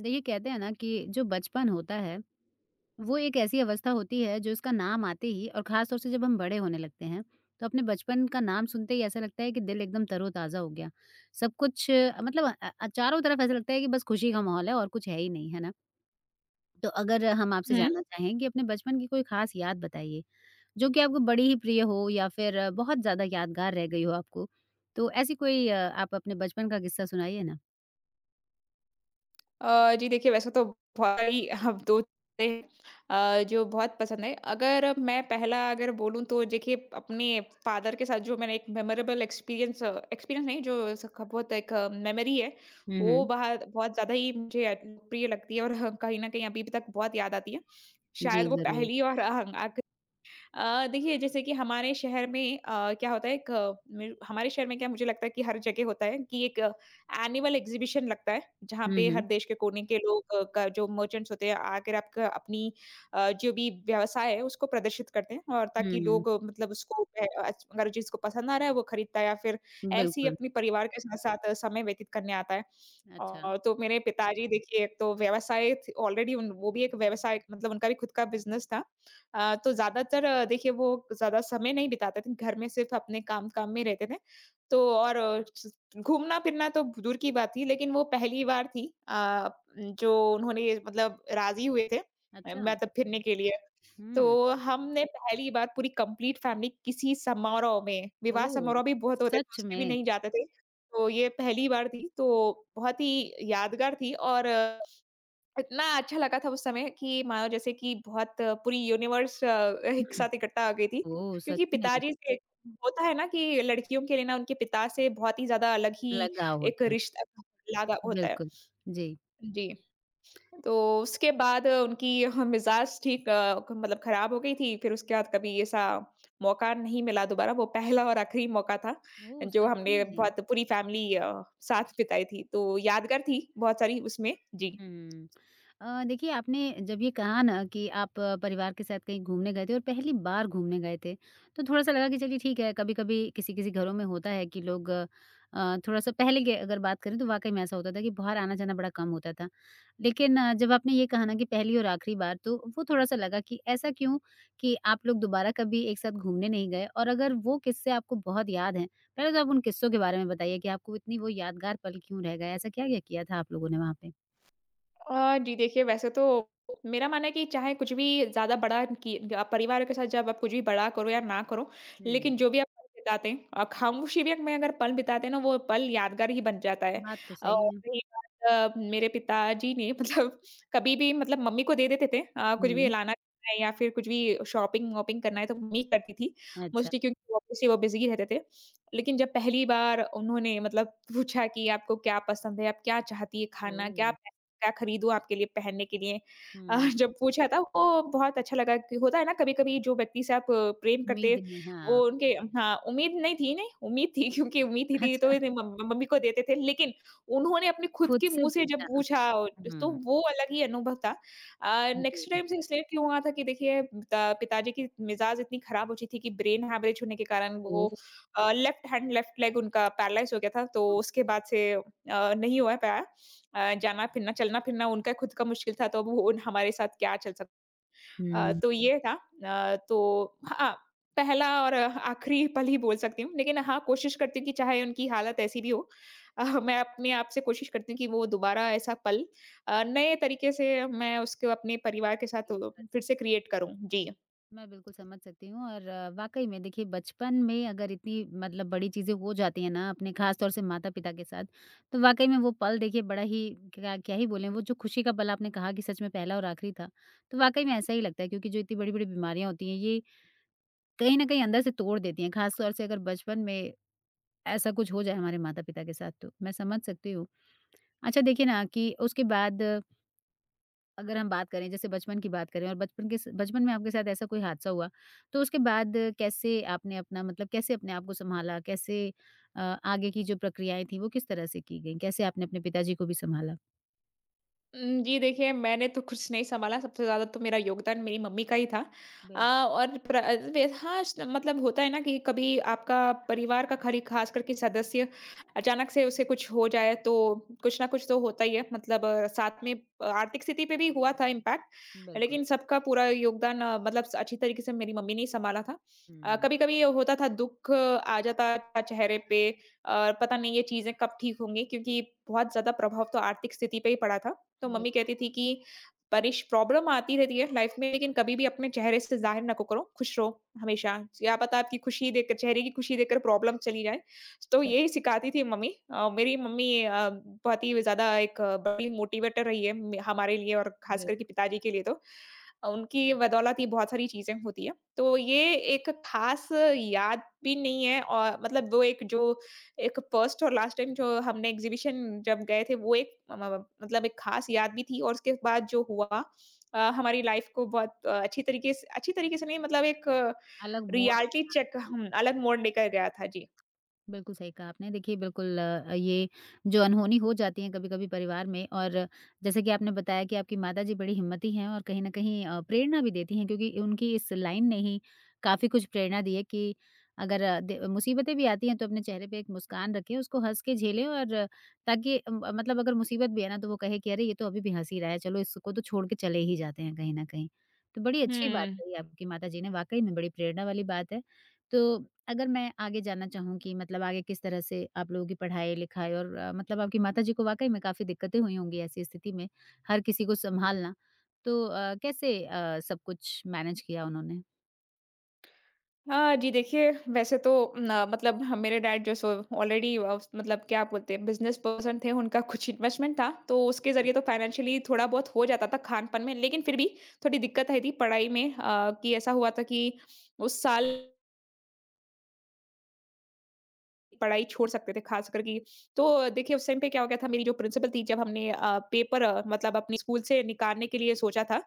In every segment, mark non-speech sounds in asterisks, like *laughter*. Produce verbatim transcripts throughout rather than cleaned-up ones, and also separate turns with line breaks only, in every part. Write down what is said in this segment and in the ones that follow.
देखिए कहते हैं ना कि जो बचपन होता है वो एक ऐसी अवस्था होती है जो उसका नाम आते ही और खास तौर से जब हम बड़े होने लगते हैं तो अपने बचपन का नाम सुनते ही ऐसा लगता है कि दिल एकदम तरोताज़ा हो गया। सब कुछ अ, मतलब अ, अ, चारों तरफ ऐसा लगता है कि बस खुशी का माहौल है और कुछ है ही नहीं है ना। तो अगर हम आपसे
हुँ।
जानना चाहें कि अपने बचपन की कोई खास याद बताइए जो कि आपको बड़ी ही प्रिय हो या फिर अ, बहुत ज्यादा यादगार रह गई हो आपको, तो ऐसी कोई अ, आप अपने बचपन का किस्सा सुनाइए ना।
अ, जी, देखिए, वैसे तो भाई हम दो चीज़ें अ, जो बहुत पसंद है। अगर मैं पहला अगर बोलूँ तो देखिए, अपने फादर के साथ जो मैंने एक मेमोरेबल एक्सपीरियंस, एक्सपीरियंस नहीं, जो सक बहुत एक मेमोरी है,
हम्म, हम्म।
वो बहुत बहुत ज़्यादा ही मुझे अ, प्रिय लगती है। और अ, कहीं न कहीं अभी भी तक बहुत याद आती है। शायद
जी
वो
जरूर।
पहली और अ, अ, देखिए, जैसे कि हमारे शहर में अ, क्या होता है, एक अ, मेरे हमारे शहर में क्या, मुझे लगता है कि हर जगह होता है कि एक एनुअल एग्जीबिशन लगता है, जहाँ पे हर
हम्म,
देश के कोने के लोग अ, का जो मर्चेंट्स होते हैं, आकर आपका अपनी अ, जो भी व्यवसाय है उसको प्रदर्शित करते हैं, और
हम्म,
ताकि
हम्म।
लोग अ, मतलब उसको अ, अच अगर जिसको पसंद आ रहा है वो खरीदता है, या फिर ऐसे ही
बिल्कुल।
अपने परिवार के साथ-साथ समय व्यतीत करने आता है।
अच्छा।
और तो मेरे पिताजी, देखिए, एक तो व्यवसाय थ ऑलरेडी उन वो भी एक व्यवसाय, मतलब उनका भी खुद का बिज़नेस था। अ, तो ज़्यादातर अ, देखिए, वो ज़्यादा समय नहीं बिताते थे, घर में सिर्फ़ अपने काम-काम में रहते थे। तो और अ, स घूमना-फिरना तो दूर की बात थी, लेकिन वो पहली बार थी अ, जो उन्होंने मतलब राज़ी हुए थे अ,
अच्छा।
मतलब फिरने के लिए। तो
हुँ।
हमने पहली बार पूरी कंप्लीट फैमिली किसी समारोह में, विवाह
ओह!
समारोह भी बहुत होते थे,
सच
उसमें भी
में?
नहीं जाते थे। तो ये पहली बार थी, तो बहुत ही यादगार थी, और इतना अच्छा लगा था उस समय कि मानो जैसे कि बहुत पूरी यूनिवर्स अ, एक साथ
*clears throat*
इकट्ठा आ गई थी।
ओह!
क्योंकि
सच में।
पिताजी से होता है ना, कि लड़कियों के लिए ना उनके पिता से बहुत ही ज़्यादा अलग ही
लगाव
एक
होता है।
रिश्ता लगा होता है।
बिल्कुल। जी।
जी, तो उसके बाद उनकी मिज़ाज ठीक, अ, क मतलब खराब हो गई थी, फिर उसके बाद कभी ऐसा मौका नहीं मिला दोबारा, वो पहला और आखिरी मौका था,
ओह!
जो
सच
हमने
में?
बहुत पूरी फैमिली अ, साथ बिताई थी। तो यादगार थी बहुत सारी उसमें। जी।
हुँ। अ, देखिए आपने जब ये कहा ना कि आप अ, परिवार के साथ कहीं घूमने गए थे और पहली बार घूमने गए थे, तो थोड़ा-सा लगा कि चलिए ठीक है, कभी-कभी किसी-किसी घरों में होता है कि लोग अ, थोड़ा-सा पहले के अगर बात करें तो वाक़ई में ऐसा होता था कि बाहर आना-जाना बड़ा कम होता था। लेकिन अ, जब आपने ये कहा ना कि पहली और आखिरी बार तो वो थोड़ा-सा लगा कि ऐसा क्यों कि आप लोग दोबारा कभी एक साथ घूमने नहीं गए? और अगर वो किस्से आपको बहुत याद हैं, पहले तो आप उन किस्सों के बारे में बताइए कि आपको इतनी वो यादगार पल क्यों रह गए? ऐसा क्या-क्या किया था आप लोगों ने वहाँ पे?
अ, जी, देखिए, वैसे तो मेरा मानना है कि चाहे कुछ भी ज़्यादा बड़ा, कि अ, परिवार के साथ जब आप कुछ भी बड़ा करो या ना करो,
हुँ।
लेकिन जो भी आप पल बिताते हैं, अ, खामोशी भी में अगर पल बिताते हैं ना, वो पल यादगार ही बन जाता है।
बात तो सही
और
है।
रही बात अ, मेरे पिताजी ने *laughs* मतलब कभी भी मतलब मम्मी को दे देते थे, अ, कुछ भी
हुँ।
लाना है या फिर कुछ भी शॉपिंग-वॉपिंग करना है तो मम्मी ही करती थी,
अच्छा।
मोस्टली, क्योंकि ऑब्वियसली वो बिज़ी रहते थे। लेकिन जब पहली बार उन्होंने मतलब पूछा कि आपको क्या पसंद है, आप क्या चाहती है खाना,
ओह!
क्या क्या खरीदूँ आपके लिए पहनने के लिए? अ,
हुँ।
जब पूछा था, वो बहुत अच्छा लगा कि होता है ना कभी-कभी जो व्यक्ति से आप प्रेम करते,
उम्मीद में हाँ।
वो उनके, हाँ, उम्मीद नहीं थी, नहीं, उम्मीद थी, क्योंकि उम्मीद ही थी तो
अच्छा।
इतने मम मम्मी को देते थे, लेकिन उन्होंने अपने खुद
खुद
के
से
मुँह से जब
पूछा।
पूछा तो
हुँ।
वो अलग ही अनुभव था। अ,
जी।
नेक्स्ट टाइम से इसलिए क्यों हुआ था कि देखिए, पिता पिताजी की मिज़ाज इतनी खराब हो चुकी थी कि ब्रेन हैमरेज होने के कारण वो
ओह!
अ, लेफ्ट हैंड, लेफ्ट लेग उनका पैरालाइज़ हो गया था, तो उसके बाद से अ, नहीं हो पाया। अ, जाना फिरना, चलना फिरना उनका खुद का मुश्किल था, तो अब वो उन हमारे साथ क्या चल सक अ,
हुँ।
तो ये था। अ, तो हाँ, पहला और आखिरी पल ही बोल सकती हूँ, लेकिन हाँ, कोशिश करती हूँ कि चाहे उनकी हालत ऐसी भी हो, अ, मैं अपने आप से कोशिश करती हूँ कि वो दोबारा ऐसा पल अ, नए तरीके से मैं उसको अपने परिवार के साथ अ, फिर से क्रिएट करूँ। जी।
मैं बिल्कुल समझ सकती हूँ। और वाक़ई में देखिए बचपन में अगर इतनी मतलब बड़ी चीज़ें हो जाती हैं ना अपने ख़ास तौर से माता-पिता के साथ, तो वाक़ई में वो पल देखिए बड़ा ही क्या क्या ही बोलें। वो जो खुशी का पल आपने कहा कि सच में पहला और आखिरी था, तो वाक़ई में ऐसा ही लगता है क्योंकि जो इतनी बड़ी-बड़ी बीमारियाँ होती हैं ये कहीं न कहीं अंदर से तोड़ देती हैं, ख़ास तौर से अगर बचपन में ऐसा कुछ हो जाए हमारे माता-पिता के साथ तो, मैं समझ सकती हूँ। अच्छा देखिए ना कि उसके बाद अगर हम बात करें जैसे बचपन की बात करें और बचपन के स बचपन में आपके साथ ऐसा कोई हादसा हुआ, तो उसके बाद कैसे आपने अपना मतलब कैसे अपने आप को सँभाला? कैसे अ, आगे की जो प्रक्रियाएँ थी वो किस तरह से की गईं? कैसे आपने अपने पिताजी को भी सँभाला?
उम, जी, देखिए, मैंने तो कुछ नहीं सँभाला, सबसे ज़्यादा तो मेरा योगदान मेरी मम्मी का ही था। अ,
बिल
और प्र अ, वे हाँ, स मतलब होता है ना कि कभी आपका परिवार का खरी ख़ास करके सदस्य अचानक से उसे कुछ हो जाए, तो कुछ ना कुछ तो होता ही है। मतलब अ, साथ में अ, आर्थिक स्थिति पे भी हुआ था इम्पैक्ट,
बिल्कुल।
लेकिन सबका पूरा योगदान अ, मतलब स अच्छी तरीके से मेरी मम्मी ने ही सँभाला था। अ,
हुँ।
कभी-कभी ये होता था, दुःख आ जाता था चेहरे पे, और पता नहीं ये चीज़ें कब ठीक होंगी, क्योंकि बहुत ज़्यादा प्रभाव तो आर्थिक स्थिति पे ही पड़ा था। तो
बिल
मम्मी कहती थी कि परिश प्रॉब्लम आती रहती है लाइफ में, लेकिन कभी भी अपने चेहरे से ज़ाहिर ना को करो, खुश रहो हमेशा। क्या पता आपकी खुशी देखकर, चेहरे की खुशी देखकर प्रॉब्लम चली जाए। तो
स
यही सिखाती थी मम्मी। अ, मेरी मम्मी अ, बहुत ही ज़्यादा एक अ, बड़ी मोटिवेटर रही है म हमारे लिए, और ख़ास
बिल
करके पिताजी के लिए तो। अ, उनकी बदौलत ही बहुत सारी चीज़ें होती हैं। तो ये एक ख़ास याद भी नहीं है, और मतलब वो एक जो एक फर्स्ट और लास्ट टाइम जो हमने एग्ज़िबिशन जब गए थे, वो एक म म मतलब एक ख़ास याद भी थी, और उसके बाद जो हुआ अ, हमारी लाइफ़ को बहुत अ, अच्छी तरीके से, अच्छी तरीके से नहीं मतलब एक
अलग मोड़।
रियलिटी चेक, हम अलग मोड़ लेकर गया था। जी।
बिल्कुल सही कहा आपने। देखिए बिल्कुल अ, ये जो अनहोनी हो जाती है कभी-कभी परिवार में, और जैसे कि आपने बताया कि आपकी माताजी बड़ी हिम्मती हैं और कहीं न कहीं अ, प्रेरणा भी देती हैं क्योंकि उनकी इस लाइन ने ही काफ़ी कुछ प्रेरणा दी है कि अगर अ, दे मुसीबतें भी आती हैं तो अपने चेहरे पे एक मुस्कान रखें, उसको हँस के झेलें, और अ, ताकि अम, अ, मतलब अगर मुसीबत भी है ना तो वो कहे कि अरे! ये तो अभी भी हँस ही रहा है, चलो इसको तो छोड़ के चले ही जाते हैं कहीं न कहीं। तो बड़ी अच्छी बात
हुँ।
कही आपकी माताजी ने, वाक़ई में बड़ी प्रेरणा वाली बात है। तो अगर मैं आगे जानना चाहूँ कि मतलब आगे किस तरह से आप लोगों की पढ़ाई-लिखाई और अ, मतलब आपकी माताजी को वाक़ई में काफ़ी दिक्कतें हुई होंगी ऐसी स्थिति में, हर किसी को सँभालना। तो अ, कैसे अ, सब कुछ मैनेज किया उन्होंने?
हाँ जी, देखिए, वैसे तो न मतलब ह मेरे डैड जो सो ऑलरेडी अ, मतलब क्या बोलते हैं बिज़नेस पर्सन थे, उनका कुछ इन्वेस्टमेंट था, तो उसके
जी।
ज़रिए तो फ़ाइनेंशियली थोड़ा बहुत हो जाता था खान-पान में, लेकिन फिर भी थोड़ी दिक्कत आई थी पढ़ाई में। अ, कि ऐसा हुआ था कि उस साल पढ़ाई छोड़ सकते थे, खास कर कि तो देखिए उस टाइम पे क्या हो गया था, मेरी जो प्रिंसिपल थी, जब हमने अ, पेपर अ, मतलब अपने स्कूल से निकालने के लिए सोचा था,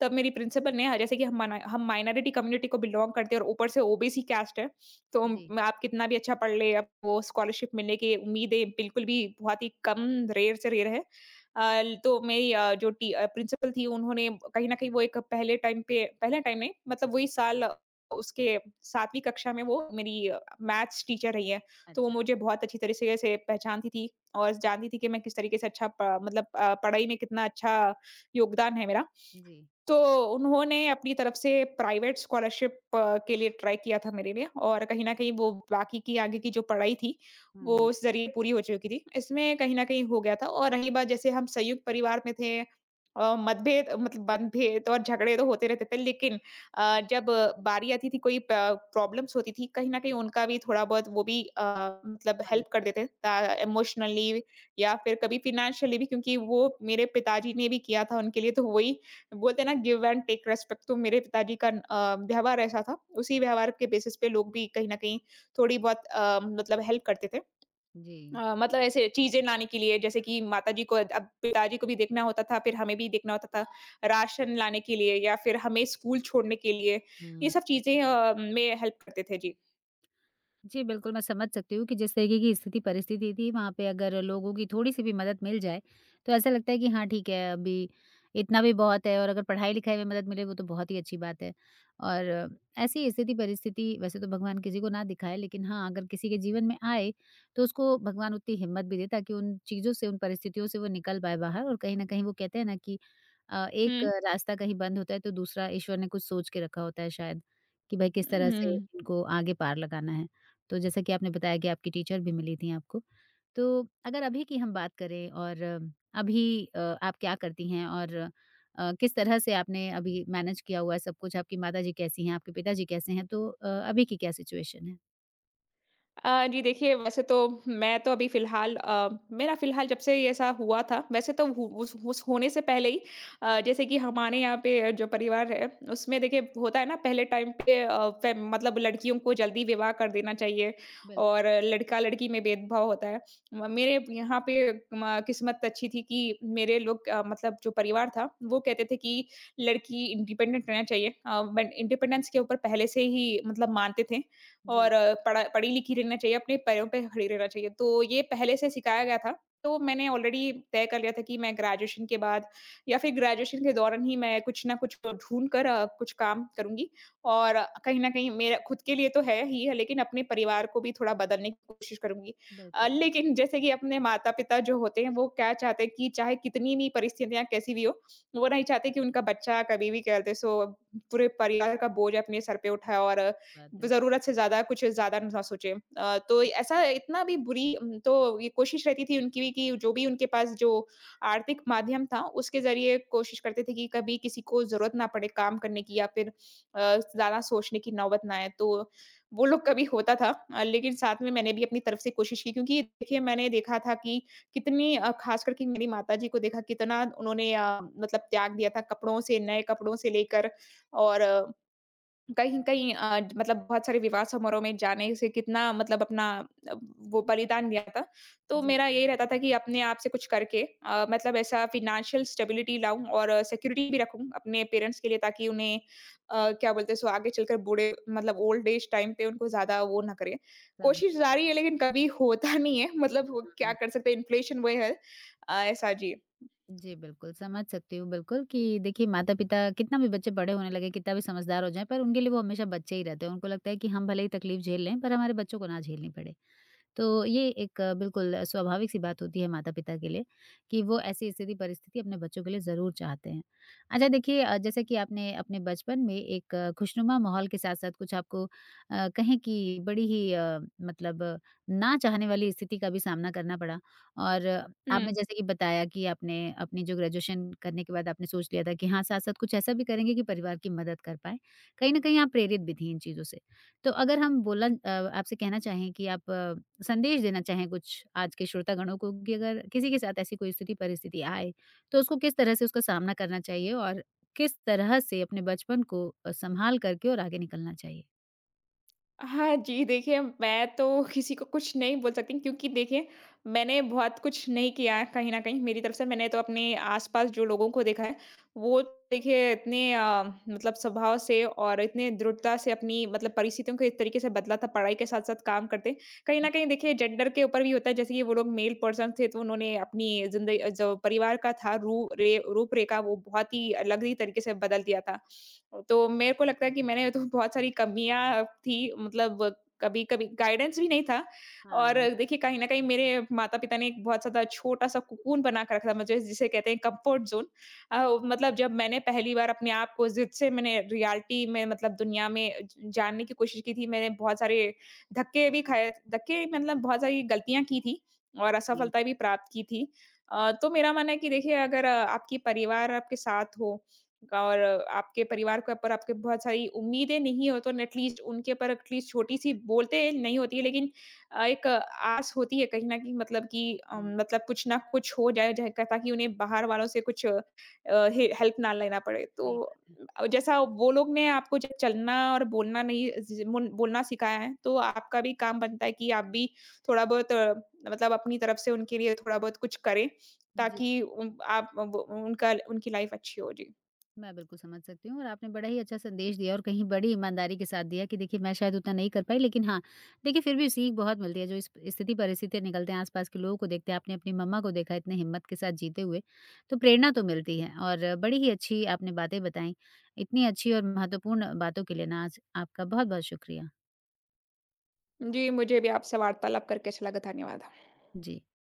तब मेरी प्रिंसिपल ने, जैसे कि हम माना- हम माइनॉरिटी कम्युनिटी को बिलोंग करते हैं और ऊपर से ओबीसी कास्ट है, तो
जी।
म- आप कितना भी अच्छा पढ़ ले आपको स्कॉलरशिप मिलने की उम्मीदें बिल्कुल भी बहुत ही कम, रेयर से रेयर है। अ, तो मेरी अ, जो प्रिंसिपल थी उन्होंने, कहीं ना कहीं वो एक पहले टाइम पे पहले टाइम में मतलब वही साल अ, उसके सातवीं कक्षा में वो मेरी मैथ्स टीचर रही है, तो वो
अच्छा।
मुझे बहुत अच्छी तरीके से पहचानती थी, और जानती थी कि मैं किस तरीके से अच्छा प मतलब अ, पढ़ाई में कितना अच्छा योगदान है मेरा।
जी।
तो उन्होंने अपनी तरफ से प्राइवेट स्कॉलरशिप अ, के लिए ट्राई किया था मेरे लिए, और कहीं न कहीं वो बाकी की आगे की जो पढ़ाई थी,
हुँ,
वो
हुँ।
उस ज़रिए पूरी हो चुकी थी। इसमें कहीं न कहीं हो गया था। और रही बात, जैसे हम संयुक्त परिवार में थे, अ, मतभेद मतलब मतभेद और झगड़े तो होते रहते थे, लेकिन अ, जब बारी आती थी कोई प प्रॉब्लम्स होती थी, कहीं न कहीं उनका भी थोड़ा बहुत, वो भी अ, मतलब
मदद
हेल्प कर
की।
देते ता इमोशनली, या फिर कभी फ़ाइनेंशियली भी, क्योंकि वो मेरे पिताजी ने भी किया था उनके लिए, तो वही बोलते हैं ना, गिव एंड टेक रेस्पेक्ट, तो मेरे पिताजी का अ, व्यवहार ऐसा था। उसी व्यवहार के बेसिस पे लोग भी कहीं न कहीं थोड़ी बहुत अ, मतलब हेल्प करते थे।
जी।
अ, मतलब ऐसे चीज़ें लाने के लिए, जैसे कि माताजी को अब पिताजी को भी देखना होता था, फिर हमें भी देखना होता था, राशन लाने के लिए या फिर हमें स्कूल छोड़ने के लिए, ये
हुँ।
सब चीज़ें अ, में हेल्प करते थे। जी।
जी, बिल्कुल, मैं समझ सकती हूँ कि जिस तरीके की स्थिति परिस्थिति थी, वहाँ पे अगर लोगों की थोड़ी-सी भी मदद मिल जाए, तो ऐसा लगता है कि हाँ, ठीक है, अभी इतना भी बहुत है, और अगर पढ़ाई-लिखाई में मदद मिले, वो तो बहुत ही अच्छी बात है। और ऐसी स्थिति परिस्थिति वैसे तो भगवान किसी को ना दिखाए, लेकिन हाँ, अगर किसी के जीवन में आए, तो उसको भगवान उतनी हिम्मत भी दे, ताकि उन चीज़ों से, उन परिस्थितियों से वो निकल पाए बाहर, और कहीं न कहीं वो कहते हैं ना कि अ, एक
हुँ।
रास्ता कहीं बंद होता है, तो दूसरा ईश्वर ने कुछ सोच के रखा होता है शायद, कि भाई किस तरह से
हुँ।
इनको आगे पार लगाना है। तो जैसा कि आपने बताया कि आपकी टीचर भी मिली थी आपको। तो अगर अभी की हम बात करें और अ, अभी अ, आप क्या करती हैं और अ, किस तरह से आपने अभी मैनेज किया हुआ है सब कुछ? आपकी माता जी कैसी हैं? आपके पिताजी कैसे हैं? तो अ, अभी की क्या सिचुएशन है?
अ, जी, देखिए, वैसे तो मैं तो अभी फ़िलहाल अ, मेरा फ़िलहाल जब से ये ऐसा हुआ था, वैसे तो हु उस उस होने से पहले ही अ, जैसे कि हमारे यहाँ पे जो परिवार है, उसमें देखिए होता है ना, पहले टाइम पे अ, फे मतलब लड़कियों को जल्दी विवाह कर देना चाहिए,
बिल्कुल।
और लड़का-लड़की में भेदभाव होता है। म मेरे यहाँ पे म किस्मत अच्छी थी कि मेरे लोग अ, मतलब जो परिवार था, वो कहते थे कि लड़की इंडिपेंडेंट रहना चाहिए। अ, बट इंडिपेंडेंस के ऊपर पहले से ही मतलब मानते थे,
जी।
और अ, पढ़ा पढ़ी-लिखी रहना चाहिए, अपने पैरों पे खड़ी रहना चाहिए। तो ये पहले से सिखाया गया था, तो मैंने ऑलरेडी तय कर लिया था कि मैं ग्रेजुएशन के बाद, या फिर ग्रेजुएशन के दौरान ही मैं कुछ ना कुछ ढूँढ कर अ, कुछ काम करूँगी, और कहीं न कहीं मेरा खुद के लिए तो है ही है, लेकिन अपने परिवार को भी थोड़ा बदलने की कोशिश करूँगी। अ,
बिल्कुल।
लेकिन जैसे कि अपने माता-पिता जो होते हैं, वो क्या चाहते हैं कि चाहे कितनी भी परिस्थितियाँ कैसी भी हो, वो नहीं चाहते कि उनका बच्चा कभी भी, क्या बोलते हैं सो, पूरे परिवार का बोझ अपने सर पे उठाए और
सही बात है।
ज़रूरत से ज़्यादा कुछ ज़्यादा ना सोचे। अ, तो ऐसा इतना भी बुरी उम, तो ये कोशिश रहती थी उनकी भी कि जो भी उनके पास जो आर्थिक माध्यम था, उसके ज़रिए कोशिश करते थे कि कभी किसी को ज़रूरत ना पड़े काम करने की, या फिर अ, ज़्यादा सोचने की नौबत ना आए। तो वो लोग कभी होता था अ, लेकिन साथ में मैंने भी अपनी तरफ से कोशिश की, क्योंकि देखिए मैंने देखा था कि कितनी अ, ख़ास करके मेरी माताजी को देखा, कितना उन्होंने अ, मतलब त्याग दिया था कपड़ों से, नए कपड़ों से लेकर, और अ, कहीं कहीं अ, मतलब बहुत सारे विवाह समारोह में जाने से कितना मतलब अपना अ, वो बलिदान दिया था। तो
जी।
मेरा यही रहता था कि अपने आप से कुछ करके अ, मतलब ऐसा फ़ाइनेंशियल स्टेबिलिटी लाऊँ, और सिक्योरिटी भी रखूँ अपने पेरेंट्स के लिए, ताकि उन्हें अ, क्या बोलते हैं सो आगे चलकर बूढ़े, मतलब ओल्ड एज टाइम पे उनको ज़्यादा वो ना करे।
समझ।
कोशिश जारी है लेकिन कभी होता नहीं है, मतलब वो क्या
हुँ।
कर सकते हैं, इन्फ्लेशन वो है। अ, ऐसा जी।
जी, बिल्कुल समझ सकती हूँ बिल्कुल कि देखिए माता-पिता कितना भी बच्चे बड़े होने लगें, कितना भी समझदार हो जाएँ, पर उनके लिए वो हमेशा बच्चे ही रहते हैं। उनको लगता है कि हम भले ही तकलीफ झेल लें, पर हमारे बच्चों को ना झेलनी पड़े। तो ये एक अ, बिल्कुल स्वाभाविक सी बात होती है माता-पिता के लिए कि वो ऐसी स्थिति परिस्थिति अपने बच्चों के लिए ज़रूर चाहते हैं। अच्छा देखिए अ, जैसे कि आपने अपने बचपन में एक अ, खुशनुमा माहौल के साथ-साथ कुछ आपको अ, कहें कि बड़ी ही अ, मतलब अ, ना चाहने वाली स्थिति का भी सामना करना पड़ा, और अ,
हुँ।
आपने जैसे कि बताया कि आपने अपनी जो ग्रेजुएशन करने के बाद आपने सोच लिया था कि हाँ, साथ-साथ कुछ ऐसा भी करेंगे कि परिवार की मदद कर पाएँ। कहीं न कहीं आप प्रेरित भी थीं इन चीज़ों से। तो अगर हम बोलन अ, आपसे कहना चाहें कि आप अ, संदेश देना चाहें कुछ आज के श्रोतागणों को कि अगर किसी के साथ ऐसी कोई स्थिति परिस्थिति आए, तो उसको किस तरह से उसका सामना करना चाहिए और किस तरह से अपने बचपन को अ, संभाल करके और आगे निकलना चाहिए?
हाँ जी, देखिए, मैं तो किसी को कुछ नहीं बोल सकती, क्योंकि देखिए मैंने बहुत कुछ नहीं किया है, कहीं न कहीं मेरी तरफ से। मैंने तो अपने आस-पास जो लोगों को देखा है, वो देखिए इतने अ, मतलब स्वभाव से, और इतने दृढ़ता से अपनी मतलब परिस्थितियों को इस तरीके से बदला था, पढ़ाई के साथ-साथ काम करते। कहीं न कहीं देखिए जेंडर के ऊपर भी होता है, जैसे कि वो लोग मेल पर्सन थे, तो उन्होंने अपनी ज़िंदगी जो परिवार का था, रू रे रूप रेखा, वो बहुत ही अलग ही तरीके से बदल दिया था। तो मेरे को लगता है कि मैंने तो बहुत सारी कमियाँ थी, मतलब कभी-कभी गाइडेंस भी नहीं था, और
हाँ,
देखिए कहीं न कहीं मेरे माता-पिता ने एक बहुत ज़्यादा छोटा-सा कोकून बना के रखा था मुझे, जिसे कहते हैं कम्फर्ट ज़ोन। अ, मतलब जब मैंने पहली बार अपने आप को ज़िद से मैंने रियलिटी में, मतलब दुनिया में ज जानने की कोशिश की थी, मैंने बहुत सारे धक्के भी खाए, धक्के मतलब बहुत सारी गलतियाँ की थी, और
जी।
असफलता भी प्राप्त की थी। अ, तो मेरा मानना है कि देखिए, अगर अ, आपकी परिवार आपके साथ हो, और आपके परिवार के ऊपर आपके बहुत सारी उम्मीदें नहीं हो, तो एटलीस्ट उनके ऊपर, एटलीस्ट छोटी-सी बोलते नहीं होती है, लेकिन अ, एक आस होती है कहीं न कहीं, मतलब कि अ,
हुँ।
मतलब कुछ ना कुछ हो जाए जाए क ताकि उन्हें बाहर वालों से कुछ अ, हे हेल्प ना लेना पड़े।
सही
तो
बात है।
अ, जैसा वो लोग ने आपको जब चलना और बोलना नहीं, ज मुन बोलना सिखाया है, तो आपका भी काम बनता है कि आप भी थोड़ा-बहुत, मतलब अपनी तरफ से उनके लिए थोड़ा-बहुत कुछ करें,
जी।
ताकि उन आप ब उनका उनकी लाइफ़ अच्छी हो। जी।
मैं बिल्कुल समझ सकती हूँ, और आपने बड़ा ही अच्छा संदेश दिया और कहीं बड़ी ईमानदारी के साथ दिया कि देखिए मैं शायद उतना नहीं कर पाई, लेकिन हाँ, देखिए फिर भी सीख बहुत मिलती है। जो इस स्थिति परिस्थितियाँ निकलते हैं आसपास के लोगों को देखते हैं, आपने अपनी मम्मा को देखा इतने हिम्मत के साथ जीते हुए, तो प्रेरणा तो मिलती है और बड़ी ही अच्छी आपने बातें बताई। इतनी अच्छी और महत्वपूर्ण बातों के लिए ना आज आपका बहुत बहुत शुक्रिया।
जी, मुझे भी आपसे वार्तालाप करके अच्छा लगा। धन्यवाद।
जी।